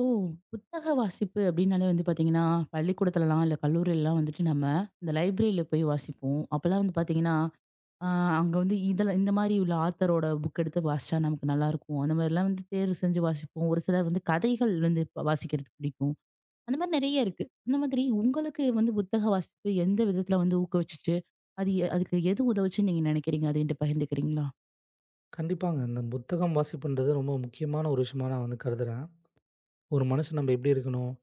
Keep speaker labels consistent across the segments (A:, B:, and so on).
A: ஓ! புத்தக வாசிப்பு அப்டின்னாலே வந்து பார்த்தீங்கன்னா, பள்ளிக்கூடத்துலலாம் இல்ல கல்லூரிலலாம் வந்துட்டு நம்ம இந்த லைப்ரரியில போய் வாசிப்போம். அப்பலாம் வந்து பார்த்தீங்கன்னா, ஆ அங்க வந்து இதெல்லாம் இந்த மாரி உள்ள ஆத்தரோட புக் எடுத்து வாசிச்சா நமக்கு நல்லாயிருக்கும். அந்த மாரிலாம் வந்து தேர்வு செஞ்சு வாசிப்போம். ஒரு சிலர் வந்து கதைகள் வந்து வாசிக்கிறது பிடிக்கும். அந்த மாரி நெறைய இருக்கு. அந்த மாதிரி உங்களுக்கு வந்து புத்தக வாசிப்பு எந்த விதத்துல வந்து ஊக்குவிச்சுச்சு? அது அதுக்கு எது உதவுச்சுன்னு நீங்க நெனைக்கிறீங்க? அத என்ட்ட பகிர்ந்துக்கிறீங்களா?
B: கண்டிப்பாங்க. இந்த புத்தகம் வாசிப்புன்றது ரொம்ப முக்கியமான ஒரு விஷயமா நான் வந்து கருதுறேன். ஒரு மனுஷன் நம்ம எப்படி இருக்கணும்?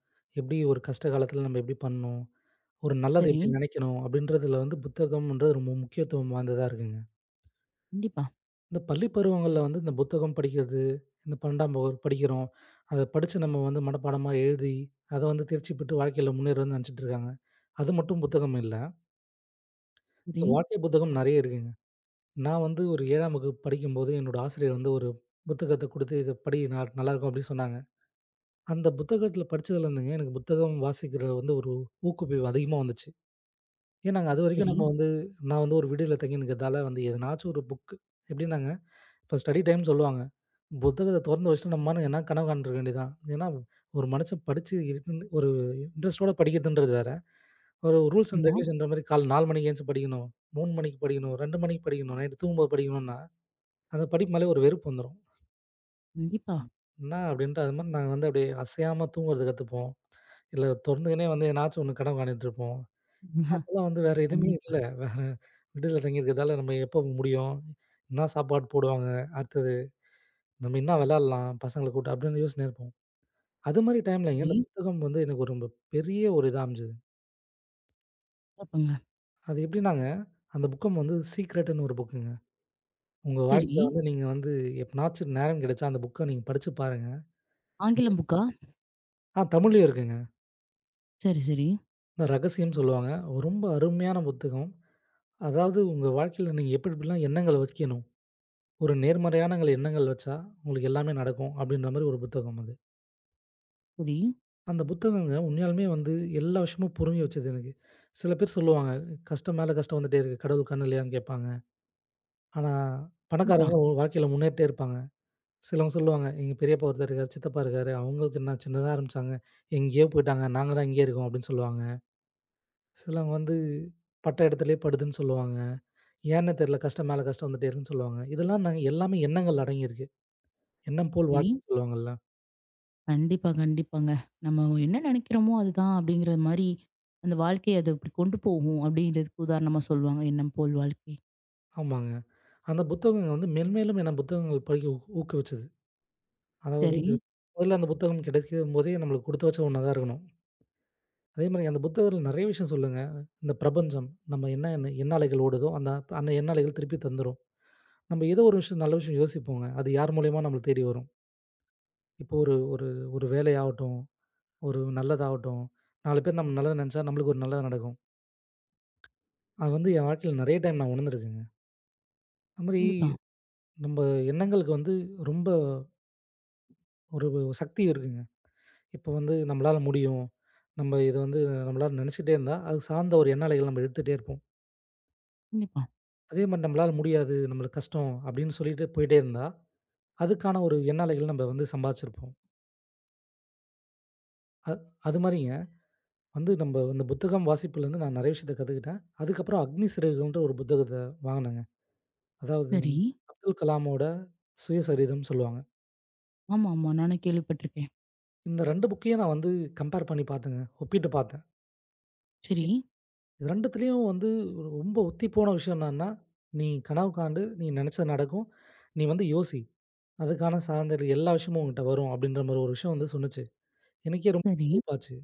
B: எப்படி ஒரு கஷ்ட காலத்தில நம்ம எப்படி பண்ணணும்? ஒரு நல்லது
A: சரி.
B: எப்படி நினைக்கணும்? அப்படின்றதுல வந்து புத்தகம்ன்றது ரொம்ப முக்கியத்துவம் வாய்ந்ததா இருக்குங்க.
A: கண்டிப்பா.
B: இந்த பள்ளி பருவங்கள்ல வந்து இந்த புத்தகம் படிக்கிறது, இந்த 12ஆம் வகுப்பு படிக்கிறோம். அத படிச்சு நம்ம வந்து மனப்பாடமா எழுதி, அத வந்து தேர்ச்சி பெற்று வாழ்க்கையில முன்னேறணும்னு நினைச்சிட்டு இருக்காங்க. அது மட்டும் புத்தகம் இல்ல. இந்த
A: சரி,
B: வாழ்க்கை புத்தகம் நெறைய இருக்குங்க. நான் வந்து ஒரு 7ஆம் வகுப்பு படிக்கும்போது என்னோட ஆசிரியர் வந்து ஒரு புத்தகத்த குடுத்து, "இத படி நல்லாருக்கும்" அப்படின்னு சொன்னாங்க. அந்த புத்தகத்தில படிச்சதுலருந்துங்க, எனக்கு புத்தகம் வாசிக்கிற வந்து ஒரு ஊக்குவிப்பு அதிகமா வந்துச்சு. ஏன்னா நாங்க அதுவரைக்கும்
A: சரி.
B: நம்ம வந்து நான் வந்து ஒரு விடுதில தங்கி இருக்கிறதால வந்து எதனாச்சும் ஒரு புக்கு எப்படின்னாங்க, இப்போ ஸ்டடி டைம்னு சொல்லுவாங்க. புத்தகத்த தொறந்து வச்சுட்டு நம்ம பாட்டுக்கு எதனா கனவு காண்ருக்க வேண்டியது தான். ஏன்னா ஒரு மனுஷன் படிச்சு இருக்குன்னு ஒரு இன்ட்ரெஸ்ட்டோட படிக்கிறதுன்றது வேற. ஒரு ரூல்ஸ் அண்ட்
A: ஆமா.
B: ரெகுலேஷன்ற மாரி காலைல 4 மணிக்கு எந்திச்சு படிக்கணும், 3 மணிக்கு படிக்கணும், 2 மணிக்கு படிக்கணும், நைட்டு தூங்கும்போது படிக்கணும்னா, அந்த படிப்பு மேலே ஒரு வெறுப்பு வந்துரும்.
A: கண்டிப்பா.
B: என்ன அப்படின்ட்டு அது மாரி நாங்க வந்து அப்படியே அசையாம தூங்குறத கத்துப்போம். இல்ல தொறந்துக்கினே வந்து எதனாச்சும் ஒண்ணு கனவு காணிட்டுருப்போம். அப்பலாம் வந்து வேற எதுவுமே
A: கண்டிப்பா.
B: இல்ல. வேற விடுதில தங்கியிருக்கிறதால நம்ம எப்போ முடியும்? என்ன சாப்பாடு போடுவாங்க? அடுத்தது நம்ம என்ன விளையாடலாம்? பசங்கள கூட்டு அப்படின்னு யோசிச்சுனே இருப்போம். அது மாரி டைம்லங்க
A: சரி.
B: இந்த புத்தகம் வந்து எனக்கு ஒரு ரொம்ப பெரிய ஒரு இதா அமைஞ்சது.
A: சிறப்புங்க.
B: அது எப்படின்னாங்க, அந்த புக்கம் வந்து சீக்ரெட்டுன்னு ஒரு புக்குங்க. உங்க
A: சரி.
B: வாழ்க்கையில வந்து நீங்க வந்து எப்பனாச்சும் நேரம் கிடைச்சா அந்த புக்க நீங்க படிச்சு பாருங்க.
A: ஆங்கிலம்
B: கண்டிப்
A: புக்கா?
B: ஆ தமிழ்லயும் இருக்குங்க.
A: சரி, சரி.
B: இந்த ரகசியம் சொல்லுவாங்க. ரொம்ப அருமையான புத்தகம். அதாவது உங்க வாழ்க்கையில நீங்க எப்படி எப்படிலாம் எண்ணங்கள வைக்கணும்? ஒரு நேர்மறையானங்கள் எண்ணங்கள் வச்சா, உங்களுக்கு எல்லாமே நடக்கும். அப்படின்ற மாரி ஒரு புத்தகம் அது.
A: சரி.
B: அந்த புத்தகங்க உண்மையாலுமே வந்து எல்லா விஷயமும் புரிஞ்சு வச்சது எனக்கு. சில பேர் சொல்லுவாங்க, "கஷ்டம் மேல கஷ்டம் வந்துட்டே இருக்கு. கடவுள் கண் இல்லையான்னு?" கேட்பாங்க. ஆனா,
A: கண்டிப்பா.
B: பணக்காரங்க ஒ வாழ்க்கையில முன்னேறிட்டே இருப்பாங்க. சிலவங்க சொல்லுவாங்க, "எங்க பெரியப்பா ஒருத்தர் இருக்காரு, சித்தப்பா இருக்காரு. அவங்களுக்கு என்ன சின்னதா ஆரம்பிச்சாங்க. எங்கேயோ போய்ட்டாங்க. நாங்க தான் இங்கேயே இருக்கோம்." அப்படின்னு சொல்லுவாங்க. சிலவங்க வந்து பட்ட இடத்துலயே படுதுன்னு சொல்லுவாங்க. ஏன்னே தெரியல, கஷ்டம் மேல கஷ்டம் வந்துட்டே இருக்குன்னு சொல்லுவாங்க. இதெல்லாம் நாங்க எல்லாமே எண்ணங்கள் அடங்கியிருக்கு. "எண்ணம் போல்
A: சரி.
B: வாழ்க்கை" சொல்லுவாங்கல்ல.
A: கண்டிப்பா, கண்டிப்பாங்க. நம்ம என்ன நினைக்கிறோமோ அதுதான் அப்படிங்கிற மாரி, அந்த வாழ்க்கைய அது அப்படி கொண்டு போகும் அப்படிங்கிறதுக்கு உதாரணமா சொல்லுவாங்க. எண்ணம் போல் வாழ்க்கை.
B: ஆமாங்க. அந்த புத்தகங்கள் வந்து மென்மேலும் என்ன புத்தகங்கள் படிக்க ஊக்குவிச்சது. அதாவது
A: சரி.
B: முதல்ல அந்த புத்தகம் கிடைக்கும்போதே நம்மளுக்கு குடுத்து வச்ச ஒண்ணா தான் இருக்கணும். அதேமாரி அந்த புத்தகத்தில நெறைய விஷயம் சொல்லுங்க. இந்த பிரபஞ்சம் நம்ம என்ன எண்ணாலைகள் ஓடுதோ, அந்த அந்த எண்ணாலைகள் திருப்பி தந்துரும். நம்ம ஏதோ ஒரு விஷயம் நல்ல விஷயம் யோசிப்போங்க. அது யார் மூலியமா நம்மள தேடி வரும். இப்போ ஒரு ஒரு ஒரு வேலையாகட்டும், ஒரு நல்லதாகட்டும், 4 பேர் நம்ம நல்லத நெனச்சா நம்மளுக்கு ஒரு நல்லது நடக்கும். அது வந்து என் வாழ்க்கையில நெறைய டைம் நான் உணர்ந்திருக்கேங்க. அதுமாரி
A: கண்டிப்பா,
B: நம்ம எண்ணங்களுக்கு வந்து ரொம்ப ஒரு சக்தி இருக்குங்க. இப்போ வந்து நம்மளால முடியும். நம்ம இது வந்து நம்மளால நெனச்சுக்கிட்டே இருந்தா, அது சார்ந்த ஒரு எண்ண அலைகள் நம்ம எடுத்துட்டே இருப்போம்.
A: கண்டிப்பா.
B: அதே மாரி நம்மளால முடியாது, நம்மளுக்கு கஷ்டம் அப்படின்னு சொல்லிட்டு போயிட்டே இருந்தா, அதுக்கான ஒரு எண்ண அலைகள் நம்ம வந்து சம்பாதிச்சிருப்போம். அ அது மாரிங்க வந்து நம்ம இந்த புத்தகம் வாசிப்புலேருந்து நான் நெறைய விஷயத்த கத்துக்கிட்டேன். அதுக்கப்புறம் அக்னி சிறகுகள்ன்ற ஒரு புத்தகத்த வாங்குனேங்க. அதாவது
A: சரி.
B: அப்துல் கலாமோட சுயசரிதம்னு சொல்லுவாங்க.
A: ஆமா, ஆமா. நானும் கேள்விப்பட்டிருக்கேன்.
B: இந்த 2 புக்கையும் நான் வந்து கம்பேர் பண்ணி பார்த்தேங்க. ஒப்பிட்டு பார்த்தேன்.
A: சரி,
B: இது 2த்துலயும் வந்து ஒரு ரொம்ப ஒத்திப்போன விஷயம் என்னன்னா, நீ கனவு காண்டு, நீ நெனச்சது நடக்கும். நீ வந்து யோசி. அதுக்கான சார்ந்த எல்லா விஷயமும் உன்கிட்ட வரும் அப்டின்ற மாரி ஒரு விஷயம் வந்து சொன்னுச்சு. எனக்கே ரொம்ப
A: சரி.
B: வியப்பாச்சு.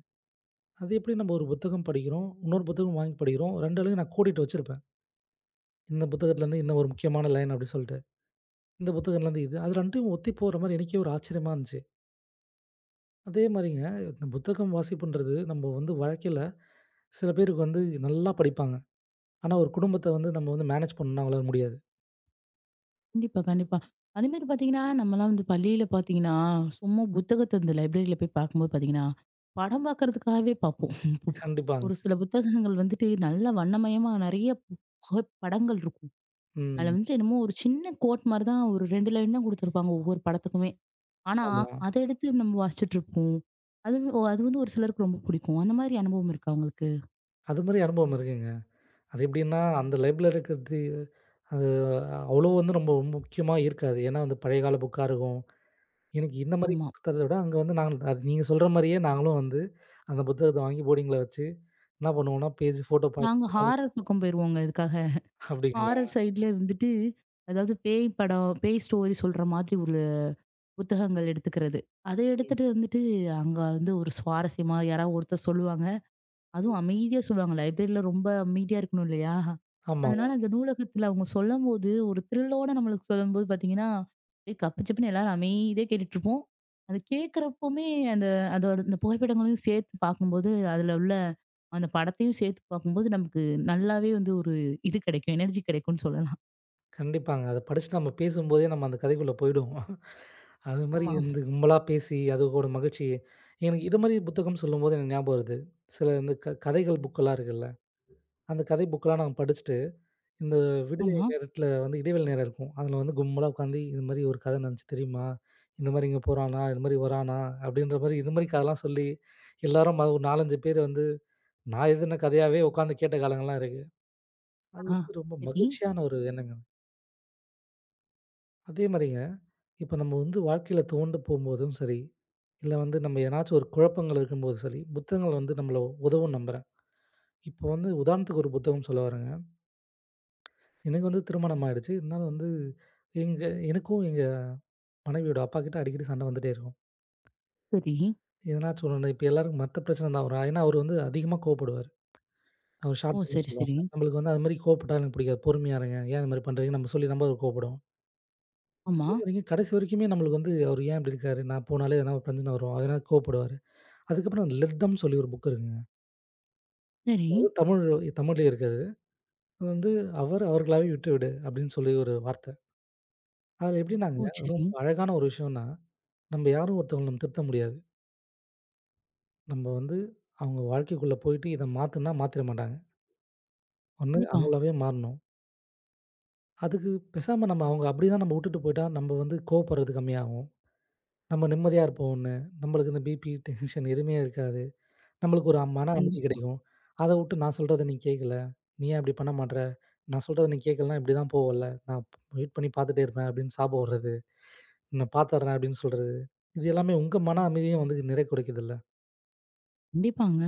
B: அது எப்டி நம்ம ஒரு புத்தகம் படிக்கிறோம், இன்னொரு புத்தகம் வாங்கி படிக்கிறோம். 2 நான் கோடிட்டு வச்சிருப்பேன். இந்த புத்தகத்துலருந்து இந்த ஒரு முக்கியமான லைன் அப்டி சொல்ட்டு. இந்த புத்தகத்துலருந்து இது. அது 2யும் ஒத்தி போற மாரி எனக்கே ஒரு ஆச்சரியமா இருந்துச்சு. அதே மாரிங்க இந்த புத்தகம் வாசிப்புன்றது நம்ம வந்து வாழ்க்கையில சில பேருக்கு வந்து நல்லா படிப்பாங்க. ஆனா ஒரு குடும்பத்த வந்து நம்ம வந்து மேனேஜ் பண்ணணும்னா அவங்களால முடியாது.
A: கண்டிப்பா, கண்டிப்பா. அதேமாரி பார்த்தீங்கன்னா, நம்மலாம் வந்து பள்ளியில பார்த்தீங்கன்னா, சும்மா புத்தகத்த இந்த லைப்ரரியில போய் பார்க்கும்போது பார்த்தீங்கன்னா, படம் பார்க்கறதுக்காகவே பார்ப்போம்.
B: கண்டிப்பாங்க.
A: ஒரு சில புத்தகங்கள் வந்துட்டு நல்ல வண்ணமயமா நெறைய புக படங்கள் இருக்கும். அதில
B: ம்.
A: வந்துட்டு என்னமோ ஒரு சின்ன கோட் மாரி தான் ஒரு 2 லைன் தான் குடுத்துருப்பாங்க ஒவ்வொரு படத்துக்குமே. ஆனா,
B: ஆமா.
A: அத எடுத்து நம்ம வாசிச்சுட்ருப்போம். அது அது வந்து ஒரு சிலருக்கு ரொம்ப பிடிக்கும். அந்த மாரி அனுபவம் இருக்கா உங்களுக்கு?
B: அது மாரி அனுபவம் இருக்குங்க. அது எப்படின்னா, அந்த லைப்ல இருக்கிறது அது அவ்வளோ வந்து ரொம்ப முக்கியமா இருக்காது. ஏன்னா வந்து பழைய கால புக்கா இருக்கும். எனக்கு இந்த மாரி
A: ஆமா.
B: புக் தரத விட, அங்க வந்து நாங்க அது நீங்க சொல்ற மாரியே நாங்களும் வந்து அந்த புத்தகத்த வாங்கி போர்டிங்ல வச்சு என்ன பண்ணுவோம்னா, பேஜ் ஃபோட்டோ
A: நாங்க
B: பார்த்துட்டு
A: ஹாரர் பக்கம் போயிருவோங்க இதுக்காக. ஹாரர்
B: அப்படிங்களா?
A: சைட்ல வந்துட்டு, அதாவது பேய் படம், பேய் ஸ்டோரி சொல்ற மாதிரி ஒரு புத்தகங்கள் எடுத்துக்கிறது. அத
B: ம்.
A: எடுத்துட்டு வந்துட்டு, அங்க வந்து ஒரு சுவாரஸ்யமா யாராவது ஒருத்தர் சொல்லுவாங்க. அதுவும் அமைதியா சொல்லுவாங்க. லைப்ரரில ரொம்ப அமைதியா இருக்கணும் இல்லையா?
B: ஆமாங்க.
A: அதனால அந்த நூலகத்துல அவங்க சொல்லம்போது, ஒரு த்ரில்லோட நம்மளுக்கு சொல்லும்போது பார்த்தீங்கன்னா, அப்படியே கப்பு சப்புன்னு எல்லாரும் அமைதியா கேட்டுட்டுருப்போம். அது கேட்கிறப்பவுமே அந்த அதோட அந்த புகைப்படங்களையும் சேர்த்து பார்க்கும்போது, அதுல உள்ள அந்த படத்தையும் சேர்த்து பார்க்கும்போது, நமக்கு நல்லாவே வந்து ஒரு இது கிடைக்கும். எனர்ஜி கிடைக்கும்னு சொல்லலாம்.
B: கண்டிப்பாங்க. அத படிச்சுட்டு நம்ம பேசும்போதே நம்ம அந்த கதைக்குள்ள போயிடுவோம். அது மாரி
A: ஆமா.
B: இந்த கும்பலா பேசி அதோட மகிழ்ச்சி. எனக்கு இது மாரி புத்தகம் சொல்லும்போது எனக்கு ஞாபகம் வருது. சில இந்த கதைகள் புக்கெல்லாம் இருக்குல்ல. அந்த கதை புக்கெல்லாம் நாங்க படிச்சுட்டு இந்த விடுதி
A: ஆமா.
B: நேரத்தில வந்து இடைவேளை நேரம் இருக்கும். அதில வந்து கும்பலா உட்காந்து, "இது மாரி ஒரு கதை நடந்துச்சு தெரியுமா? இந்த மாரி இங்க போறானா, இது மாரி வரானா?" அப்படின்ற மாரி இது மாரி கதைலாம் சொல்லி, எல்லாரும் அது ஒரு 4, 5 பேர் வந்து நான் எழுதின கதையாவே உட்காந்து கேட்ட காலங்கள்லாம் இருக்கு. அது
A: ஆ.
B: வந்து ரொம்ப
A: சரி,
B: மகிழ்ச்சியான ஒரு எண்ணங்க. அதே மாரிங்க, இப்ப நம்ம வந்து வாழ்க்கையில துவண்டு போம்போதும் சரி, இல்ல வந்து நம்ம ஏதனாச்சும் ஒரு குழப்பங்கள் இருக்கும்போதும் சரி, புத்தகங்கள் வந்து நம்மள உதவும் நம்புறேன். இப்போ வந்து உதாரணத்துக்கு ஒரு புத்தகம் சொல்ல வரேங்க. எனக்கு வந்து திருமணம் ஆயிடுச்சு. இருந்தாலும் வந்து எங்க எனக்கும் எங்க மனைவியோட அப்பாகிட்ட அடிக்கடி சண்டை வந்துட்டே இருக்கும்.
A: சரி.
B: எதனாச்சும் ஒண்ணு இப்ப எல்லாருக்கும் மத்த பிரச்சனை தான் வரும். ஏன்னா, அவரு வந்து அதிகமா கோவப்படுவாரு. அவர்
A: ஓ!
B: ஷார்ட் டெம்பர்
A: சரி,
B: சொல்லுவாங்க.
A: சரி.
B: நம்மளுக்கு வந்து அது மாரி கோவப்பட்டா எனக்கு பிடிக்காது. பொறுமையா இருங்க. ஏன் இது மாரி பண்றீங்கன்னு நம்ம சொல்லி நம்ம அவர் கோவப்படுவோம்.
A: ஆமா.
B: அதுவரைக்கும் கடைசி வரைக்குமே நம்மளுக்கு வந்து அவரு ஏன் இப்படி இருக்காரு? நான் போனாலே எதனா ஒரு பிரச்சனை வரும். அதனால கோவப்படுவாரு. அதுக்கப்புறம் லெட் தெம்ன்னு சொல்லி ஒரு புக் இருக்குங்க.
A: சரி.
B: அது தமிழ்லயே இருக்கு அது. அது வந்து அவர் அவர்களாவே விட்டுவிடு அப்படின்னு சொல்லி ஒரு வார்த்தை. அதுல எப்படின்னாங்க
A: ஓ!
B: ரொம்ப
A: சரி.
B: அழகான ஒரு விஷயம்னா, நம்ம யாரும் ஒருத்தவங்கள நம்ம திருத்த முடியாது. நம்ம வந்து அவங்க வாழ்க்கைக்குள்ள போயிட்டு இத மாத்துன்னா மாத்திட மாட்டாங்க. ஒண்ணு
A: கண்டிப்பா.
B: அவங்களாவே மாறணும். அதுக்கு பேசாம நம்ம அவங்க அப்படிதான் நம்ம வுட்டுட்டு போயிட்டா, நம்ம வந்து கோவப்படுறது கம்மியாகும். நம்ம நிம்மதியா இருப்போம் ஒண்ணு. நம்மளுக்கு இந்த பிபி, டென்ஷன் எதுவுமே இருக்காது. நம்மளுக்கு ஒரு மன
A: கண்
B: அமைதி கிடைக்கும். அத வுட்டு நான் சொல்றத நீ கேட்கல. நீ ஏன் இப்படி பண்ண மாட்ற? நான் சொல்றத நீ கேட்கலன்னா இப்படிதான் போவல்ல. நான் வெயிட் பண்ணி பார்த்துட்டே இருப்பேன் அப்படின்னு சாபம் விடுறது. நான் பார்த்துடுறேன் அப்படின்னு சொல்றது. இது எல்லாமே உங்க மன அமைதிய வந்து நிறை குறைக்குதுல்ல.
A: கண்டிப்பாங்க.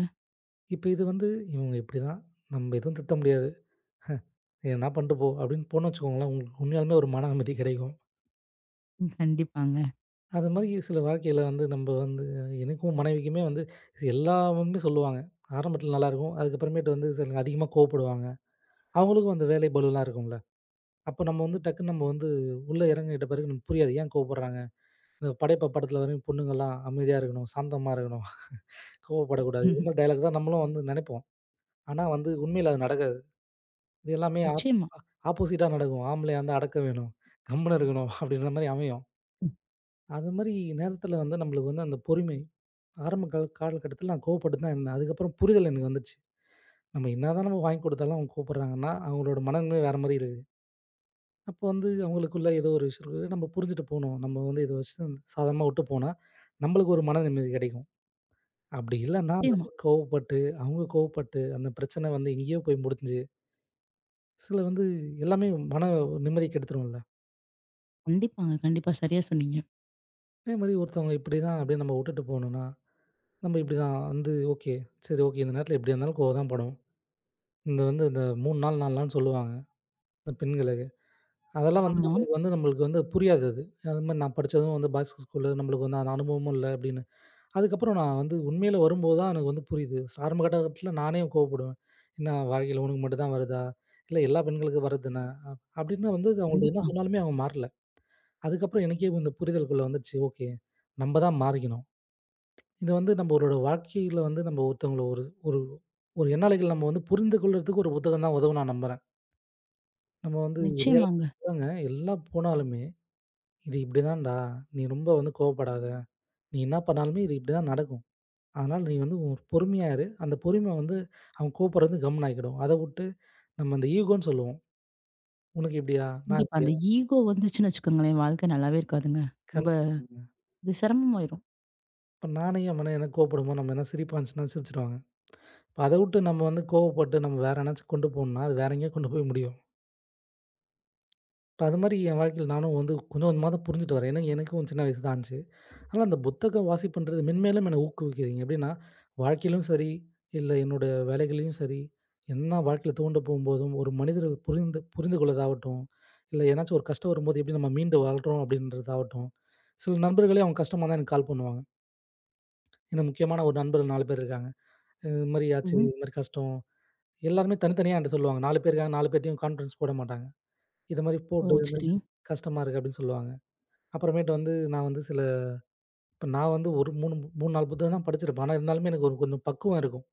B: இப்ப இது வந்து இவங்க இப்படிதான். நம்ம எதுவும் திருத்த முடியாது. எதுனா பண்ணிட்டு போ அப்படின்னு போனோம்னு வச்சுக்கோங்களேன், உங்களுக்கு உண்மையாலுமே ஒரு மன அமைதி கிடைக்கும்.
A: ம். கண்டிப்பாங்க.
B: அது மாதிரி சில வாழ்க்கையில வந்து நம்ப வந்து எனக்கும் மனைவிக்குமே வந்து எல்லாமுமே சொல்லுவாங்க. ஆரம்பத்தில நல்லாயிருக்கும். அதுக்கப்புறமேட்டு வந்து சில அதிகமா கோவப்படுவாங்க. அவங்களுக்கும் அந்த வேலை பளுலாம் இருக்கும்ல. அப்போ நம்ம வந்து டக்குன்னு நம்ம வந்து உள்ள இறங்கிட்ட பிறகு நமக்கு புரியாது. ஏன் கோவப்படுறாங்க? இந்த படையப்பா படத்தில வரையும் பொண்ணுங்கலாம் அமைதியா இருக்கணும், சாந்தமா இருக்கணும், கோவப்படக்கூடாது. இந்த மாதிரி டயலாக் தான் நம்மளும் வந்து நெனைப்போம். ஆனா வந்து உண்மையில அது நடக்காது. இது எல்லாமே
A: நிச்சயமா,
B: ஆப்போசிட்டா நடக்கும். ஆம்பளையா இருந்தா அடக்க வேணும், கம்முனு இருக்கணும் அப்படின்ற மாரி அமையும். அது மாரி நேரத்தில வந்து நம்மளுக்கு வந்து அந்த பொறுமை ஆரம்ப கால காலகட்டத்தில நான் கோவப்பட்டு தான் இருந்தேன். அதுக்கப்புறம் புரிதல் எனக்கு வந்துச்சு. நம்ம என்னதான் நம்ம வாங்கி கொடுத்தாலும் அவங்க கோவப்படுறாங்கன்னா, அவங்களோட மனநிலை வேற மாரி இருக்கு. அப்போ வந்து அவங்களுக்குள்ள ஏதோ ஒரு விஷயம் இருக்கு. நம்ம புரிஞ்சுட்டு போணும். நம்ம வந்து இத வச்சு சாதாரணமா விட்டு போனா, நம்மளுக்கு ஒரு மன நிம்மதி கிடைக்கும். அப்படி இல்லன்னா
A: நிச்சயமா.
B: நம்ம கோவப்பட்டு, அவங்க கோவப்பட்டு, அந்த பிரச்சனை வந்து எங்கேயோ போய் முடிஞ்சு, சில வந்து எல்லாமே மன நிம்மதிய கெடுத்துரும்ல.
A: கண்டிப்பாங்க. கண்டிப்பா. சரியா சொன்னீங்க.
B: அதே மாரி ஒருத்தவங்க இப்படிதான் அப்படின்னு நம்ம விட்டுட்டு போணும்னா, நம்ம இப்படிதான் வந்து ஓகே. சரி ஓகே. இந்த நேரத்தில எப்படியா இருந்தாலும் கோவம் தான் படும். இந்த வந்து இந்த 3 நாள் 4 நாள்ன்னு சொல்லுவாங்க. இந்த பெண்களுக்கு. அதெல்லாம் வந்து
A: ஆமா.
B: நம்மளுக்கு வந்து நம்மளுக்கு வந்து புரியாது அது. அது மாரி நான் படிச்சதும் வந்து பாய்ஸ் ஸ்கூலு நம்மளுக்கு வந்து அந்த அனுபவமும் இல்ல அப்படின்னு. அதுக்கப்புறம் நான் வந்து உண்மையில வரும்போது தான் எனக்கு வந்து புரியுது. ஆரம்ப கட்டகட்டத்துல நானே கோவப்படுவேன். என்ன வாழ்க்கையில உனக்கு மட்டும் தான் வருதா? இல்ல எல்லா பெண்களுக்கும் வருது தான? அப்படின்னு வந்து அவங்கள்ட்ட என்ன
A: கண்டிப்பா.
B: சொன்னாலுமே அவங்க மாறல. அதுக்கப்புறம் எனக்கே இந்த புரிதலுக்குள்ள வந்துருச்சு. ஓகே. நம்ம தான் மாறிக்கணும். இது வந்து நம்மளோட வாழ்க்கையில வந்து நம்ம ஒருத்தவங்கள ஒரு ஒரு ஒரு எண்ணாலைகள் நம்ம வந்து புரிந்து கொள்றதுக்கு ஒரு புத்தகம் தான் உதவும் நான் நம்புறேன். நம்ம வந்து
A: நிச்சயமாங்க.
B: ரியலா எல்லா போனாலுமே இது இப்படிதான்டா. நீ ரொம்ப வந்து கோவப்படாத. நீ என்ன பண்ணாலுமே இது இப்படிதான் நடக்கும். அதனால நீ வந்து ஒரு பொறுமையா இரு. அந்த பொறுமை வந்து அவன் கூப்பிடுறது கம்முனு ஆக்கிடும். அத வுட்டு நம்ம இந்த ஈகோன்னு சொல்லுவோம். உனக்கு இப்படியா? நான்
A: கண்டிப்பா.
B: இப்படியா?
A: அந்த ஈகோ வந்துச்சுன்னு வச்சுக்கோங்களேன், வாழ்க்கை நல்லாவே இருக்காதுங்க. ரொம்ப
B: கண்டிப்பாங்க.
A: இது சிரமமாயிரும்.
B: இப்ப நானே என் மனைவி எதனா கோவப்படும்போது நம்ம எதனா சிரிப்பா இருந்துச்சுன்னா சிரிச்சுருவாங்க. இப்ப அத வுட்டு நம்ம வந்து கோவப்பட்டு நம்ம வேற எங்கனாச்சும் கொண்டு போணும்னா, அது வேற எங்கேயோ கொண்டு போய் முடியும். இப்ப அது மாரி என் வாழ்க்கையில நானும் வந்து கொஞ்சம் கொஞ்சமா தான் புரிஞ்சுட்டு வரேன். ஏன்னா எனக்கும் சின்ன வயசு தான் ஆச்சு. ஆனா, அந்த புத்தகம் வாசிப்புன்றது மென்மேலும் என்ன ஊக்குவிக்கிறீங்க. எப்படின்னா, வாழ்க்கையிலும் சரி, இல்ல என்னுடைய வேலைகள்லயும் சரி, என்ன வாழ்க்கையில தூண்ட போகும்போதும், ஒரு மனிதர்கள் புரிந்து புரிந்து கொள்ளதாகட்டும், இல்ல ஏதனாச்சும் ஒரு கஷ்டம் வரும்போது எப்படி நம்ம மீண்டு வாழ்றோம் அப்படின்றதாகட்டும், சில நண்பர்களே அவங்க கஷ்டமா தான் எனக்கு கால் பண்ணுவாங்க. எனக்கு முக்கியமான ஒரு நண்பர்கள் 4 பேர் இருக்காங்க. "இது மாரி ஆச்சு, ம்.
A: ம்.
B: இது மாரி கஷ்டம்." எல்லாருமே தனித்தனியா என்ட்ட சொல்லுவாங்க. 4 பேர் இருக்காங்க, 4 பேர்ட்டயும் கான்ஃபரன்ஸ் போட மாட்டாங்க. "இது மாரி
A: ஓ!
B: போட்டு, இது மாரி
A: சரி.
B: கஷ்டமா இருக்கு." அப்படின்னு சொல்லுவாங்க. அப்புறமேட்டு வந்து நான் வந்து சில இப்ப நான் வந்து ஒரு 3, 4 புத்தகம் தான் படிச்சிருப்பேன். ஆனா, இருந்தாலுமே எனக்கு ஒரு கொஞ்சம் பக்குவம் இருக்கும்.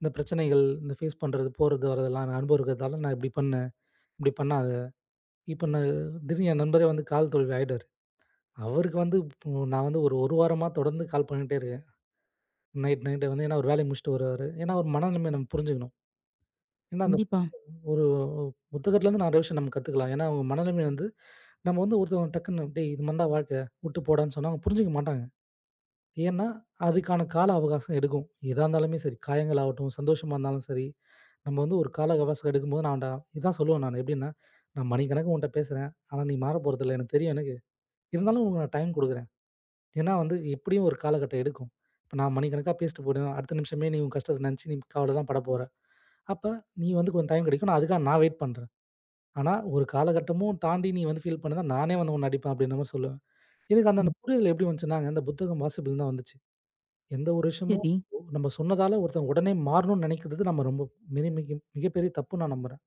B: இந்த பிரச்சனைகள், இந்த ஃபேஸ் பண்றது, போறது, வரதெல்லாம் நான் அனுபவம் இருக்கிறதால, நான் இப்படி பண்ணேன், இப்படி பண்ணாத. இப்ப நான் திடீர்னு என் நண்பரே வந்து கால் தோல்வி ஆயிட்டாரு. அவருக்கு வந்து இப்போ நான் வந்து ஒரு 1 வாரமா தொடர்ந்து கால் பண்ணிட்டே இருக்கேன். நைட் நைட் வந்து ஏன்னா, அவரு வேலைய முடிச்சுட்டு வருவாரு. ஏன்னா, அவரு மனநிலைமைய நம்ம புரிஞ்சுக்கணும். ஏன்னா, அந்த
A: கண்டிப்பா.
B: ஒரு புத்தகத்துலருந்து நிறைய விஷயம் நம்ம கத்துக்கலாம். ஏன்னா, அவங்க மனநிலைமை வந்து நம்ம வந்து ஒருத்தவங்க டக்குன்னு "டேய் இது மாரிடா வாழ்க்கை, விட்டு போடான்னு" சொன்னா அவங்க புரிஞ்சுக்க மாட்டாங்க. ஏன்னா, அதுக்கான கால அவகாசம் எடுக்கும். எதா இருந்தாலுமே சரி, காயங்கள் ஆகட்டும், சந்தோஷமா இருந்தாலும் சரி, நம்ம வந்து ஒரு கால அவகாசம் எடுக்கும்போது நான்டா இதான் சொல்லுவேன் நானு. எப்படின்னா, நான் மணிக்கணக்கு உன்ட்ட பேசுறேன். ஆனா, நீ மாறப் போறதில்ல. எனக்கு தெரியும் எனக்கு. இருந்தாலும் உனக்கு நான் டைம் குடுக்குறேன். ஏன்னா வந்து எப்படியும் ஒரு காலகட்டம் எடுக்கும். இப்ப நான் மணிக்கணக்கா பேசிட்டு போயிடுவேன். அடுத்த நிமிஷமே நீ உன் கஷ்டத்த நெனச்சு நீ கவல தான் படப் போற. அப்ப நீ வந்து கொஞ்சம் டைம் கிடைக்கும். நான் அதுக்காக நான் வெயிட் பண்றேன். ஆனா, ஒரு காலகட்டமும் தாண்டி நீ வந்து ஃபீல் பண்ண தான் நானே வந்து உன்ன அடிப்பேன் அப்படின்ற மாரி சொல்லுவேன். எனக்கு அந்த அந்த
A: ம்.
B: புரிதல் எப்படி வந்துச்சுன்னாங்க, இந்த புத்தகம் வாசிப்புல இருந்து தான் வந்துச்சு. எந்த ஒரு விஷயமும்
A: சரி.
B: நம்ம சொன்னதால ஒருத்தவங்க உடனே மாறணும்னு நினைக்கிறது நம்ம ரொம்ப மிக மிக மிகப்பெரிய தப்புன்னு நான் நம்புறேன்.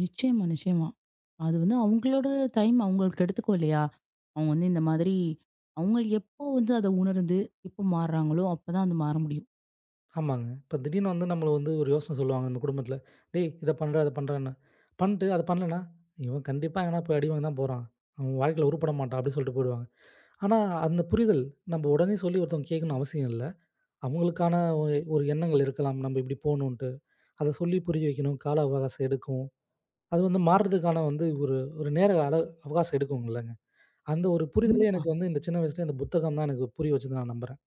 A: நிச்சயமா, நிச்சயமா. அது வந்து அவங்களோட டைம் அவங்களுக்கு எடுத்துக்கும் இல்லையா? அவங்க வந்து இந்த மாதிரி அவங்க எப்போ வந்து அத உணர்ந்து, எப்போ மாறுறாங்களோ, அப்பதான் அது மாற முடியும்.
B: ஆமாங்க. இப்ப திடீர்னு வந்து நம்மள வந்து ஒரு யோசனை சொல்லுவாங்க நம்ம குடும்பத்தில. "டேய்! இத பண்றா, அத பண்றான்னு." பண்ணிட்டு அத பண்ணலன்னா, "இவன் கண்டிப்பா எங்கனா போய் அடி வாங்க தான் போறான். அவன் வாழ்க்கையில உருப்பட மாட்டான்." அப்படின்னு சொல்லிட்டு போயிடுவாங்க. ஆனா அந்த புரிதல் நம்ம உடனே சொல்லி ஒருத்தவங்க கேட்கணும்னு அவசியம் இல்ல. அவங்களுக்கான ஒரு ஒரு எண்ணங்கள் இருக்கலாம். நம்ம இப்படி போகணுன்ட்டு. அத சொல்லி புரிய வைக்கணும். கால அவகாசம் எடுக்கும். அது வந்து மாறுறதுக்கான வந்து ஒரு ஒரு நேர அள அவகாசம் எடுக்கும்ல. அந்த ஒரு புரிதலே
A: கண்டிப்பா.
B: எனக்கு வந்து இந்த சின்ன வயசுல இந்த புத்தகம் தான் எனக்கு புரிய வச்சதுன்னு நான் நம்புறேன்.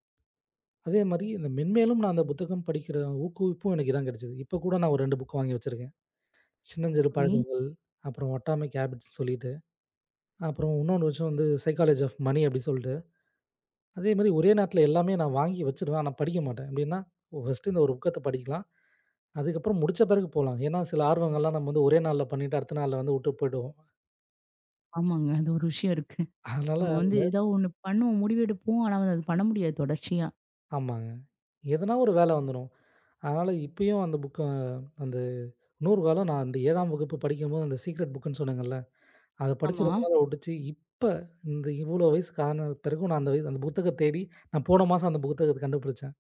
B: அதே மாரி இந்த மென்மேலும் நான் அந்த புத்தகம் படிக்கிற ஊக்குவிப்பும் எனக்கு இதான் கிடைச்சது. இப்போ கூட நான் ஒரு 2 புக் வாங்கி வச்சிருக்கேன். சின்னஞ்சிறு
A: அப்படி
B: பழக்கங்கள், அப்புறம் அட்டாமிக் ஹேபிட்ஸ்ன்னு சொல்லிட்டு, அப்புறம் இன்னொன்னு விஷயம் வந்து சைக்காலஜி ஆஃப் மனி அப்டி சொல்ட்டு, அதே மாரி ஒரே நேரத்தில எல்லாமே நான் வாங்கி வச்சுருவேன். ஆனா படிக்க மாட்டேன். எப்டின்னா, ஃபர்ஸ்ட்டு இந்த ஒரு புக்கத்த படிக்கலாம். அதுக்கப்புறம் முடிச்ச பிறகு போலாம். ஏன்னா, சில ஆர்வங்கள்லாம் நம்ம வந்து ஒரே நாள்ல பண்ணிட்டு அடுத்த நாள்ல வந்து வுட்டு போயிடுவோம்.
A: ஆமாங்க. அது ஒரு விஷயம் இருக்கு.
B: அதனால
A: நம்ம வந்து
B: அந்த
A: ஏதோ ஒண்ணு பண்ணுவோம், முடிவெடுப்போம். ஆனா வந்து அது பண்ண முடியாது தொடர்ச்சியா.
B: ஆமாங்க. எதனா ஒரு வேல வந்துரும். அதனால இப்பயும் அந்த புக்க அந்த நூறுகாலம் நான் அந்த 7ஆம் வகுப்பு படிக்கும்போது அந்த சீக்ரெட் புக்குன்னு சொன்னேங்கல்ல, அத படிச்சு
A: ஆமா.
B: ரொம்ப நாள் ஒட்டிச்சு. இப்ப இந்த இவ்ளோ வயசுக்கு ஆன பிறகும் நான் அந்த அந்த புத்தகத்த தேடி நான் போன மாசம் அந்த புத்தகத்த கண்டுபிடிச்சேன்.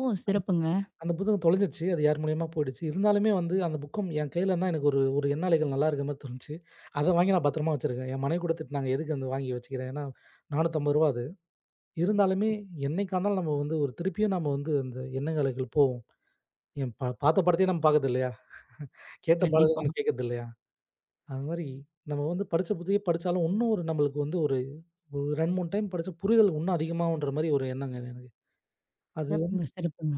A: ஓ! சிறப்புங்க.
B: அந்த புத்தகம் தொலைஞ்சிடுச்சு. அது யார் மூலியமா போயிடுச்சு. இருந்தாலுமே வந்து அந்த புக்கம் என் கையில இருந்தா எனக்கு ஒரு ஒரு எண்ணாலைகள் நல்லா இருக்க மாரி தோணுச்சு. அத வாங்கி நான் பத்திரமா வச்சிருக்கேன். என் மனைவி கூட திட்டுனாங்க. எதுக்கு வந்து வாங்கி வச்சுக்கிற? ஏன்னா ரூ. 450 அது. இருந்தாலுமே என்னைக்கா இருந்தாலும் நம்ம வந்து ஒரு திருப்பியும் நம்ம வந்து அந்த எண்ணங்கள் போவும். ஏன் பாத்த படத்தையே நம்ம பாக்குறது இல்லையா? கேட்ட பாடல்கள
A: கண்டிப்பா.
B: நம்ம கேட்கறது இல்லையா? அது மாரி நம்ம வந்து படிச்ச புத்தகயே படிச்சாலும், இன்னும் ஒரு நம்மளுக்கு வந்து ஒரு ஒரு 2, 3 டைம் படிச்சா புரிதல் இன்னும் அதிகமாகுன்ற மாரி ஒரு எண்ணங்க எனக்கு. அது வந்து
A: சிறப்புங்க, சிறப்புங்க.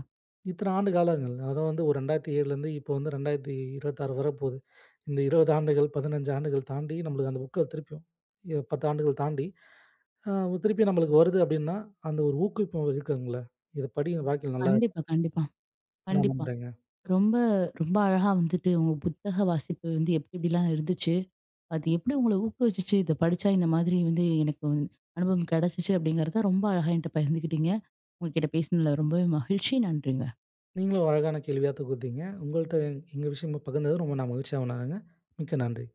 B: இத்தன ஆண்டு காலங்கள். அதான் வந்து ஒரு 2007லேருந்து இப்போ வந்து 2026 வரப்போது. இந்த 20 ஆண்டுகள், 15 ஆண்டுகள் தாண்டி நம்மளுக்கு அந்த புக்க திருப்பியும் 10 ஆண்டுகள் தாண்டி, அ திருப்பி நம்மளுக்கு வருது அப்டின்னா, அந்த ஒரு ஊக்குவிப்பு இருக்குங்கல்ல. இத படி வாழ்க்கையில நல்லா
A: கண்டிப்பா, கண்டிப்பா,
B: நான்
A: கண்டிப்பா.
B: நம்புறேங்க.
A: ரொம்ப, ரொம்ப அழகா வந்துட்டு உங்க புத்தக வாசிப்பு வந்து எப்டி எப்டிலாம் இருந்துச்சு? அது எப்டி உங்கள ஊக்குவிச்சுச்சு? இத படிச்சா இந்த மாதிரி வந்து எனக்கு அனுபவம் கெடைச்சிச்சு அப்டிங்கிறத ரொம்ப அழகா என்ட்ட பகிர்ந்துக்கிட்டீங்க. உங்ககிட்ட பேசினதுல ரொம்பவே மகிழ்ச்சி. நன்றி.
B: நீங்களும் அழகான கேள்வியா தொகுத்தீங்க. உங்கள்ட்ட எங்க விஷயமா பகிர்ந்தது ரொம்ப நான் மகிழ்ச்சியா உணர்றேங்க. மிக்க நன்றி.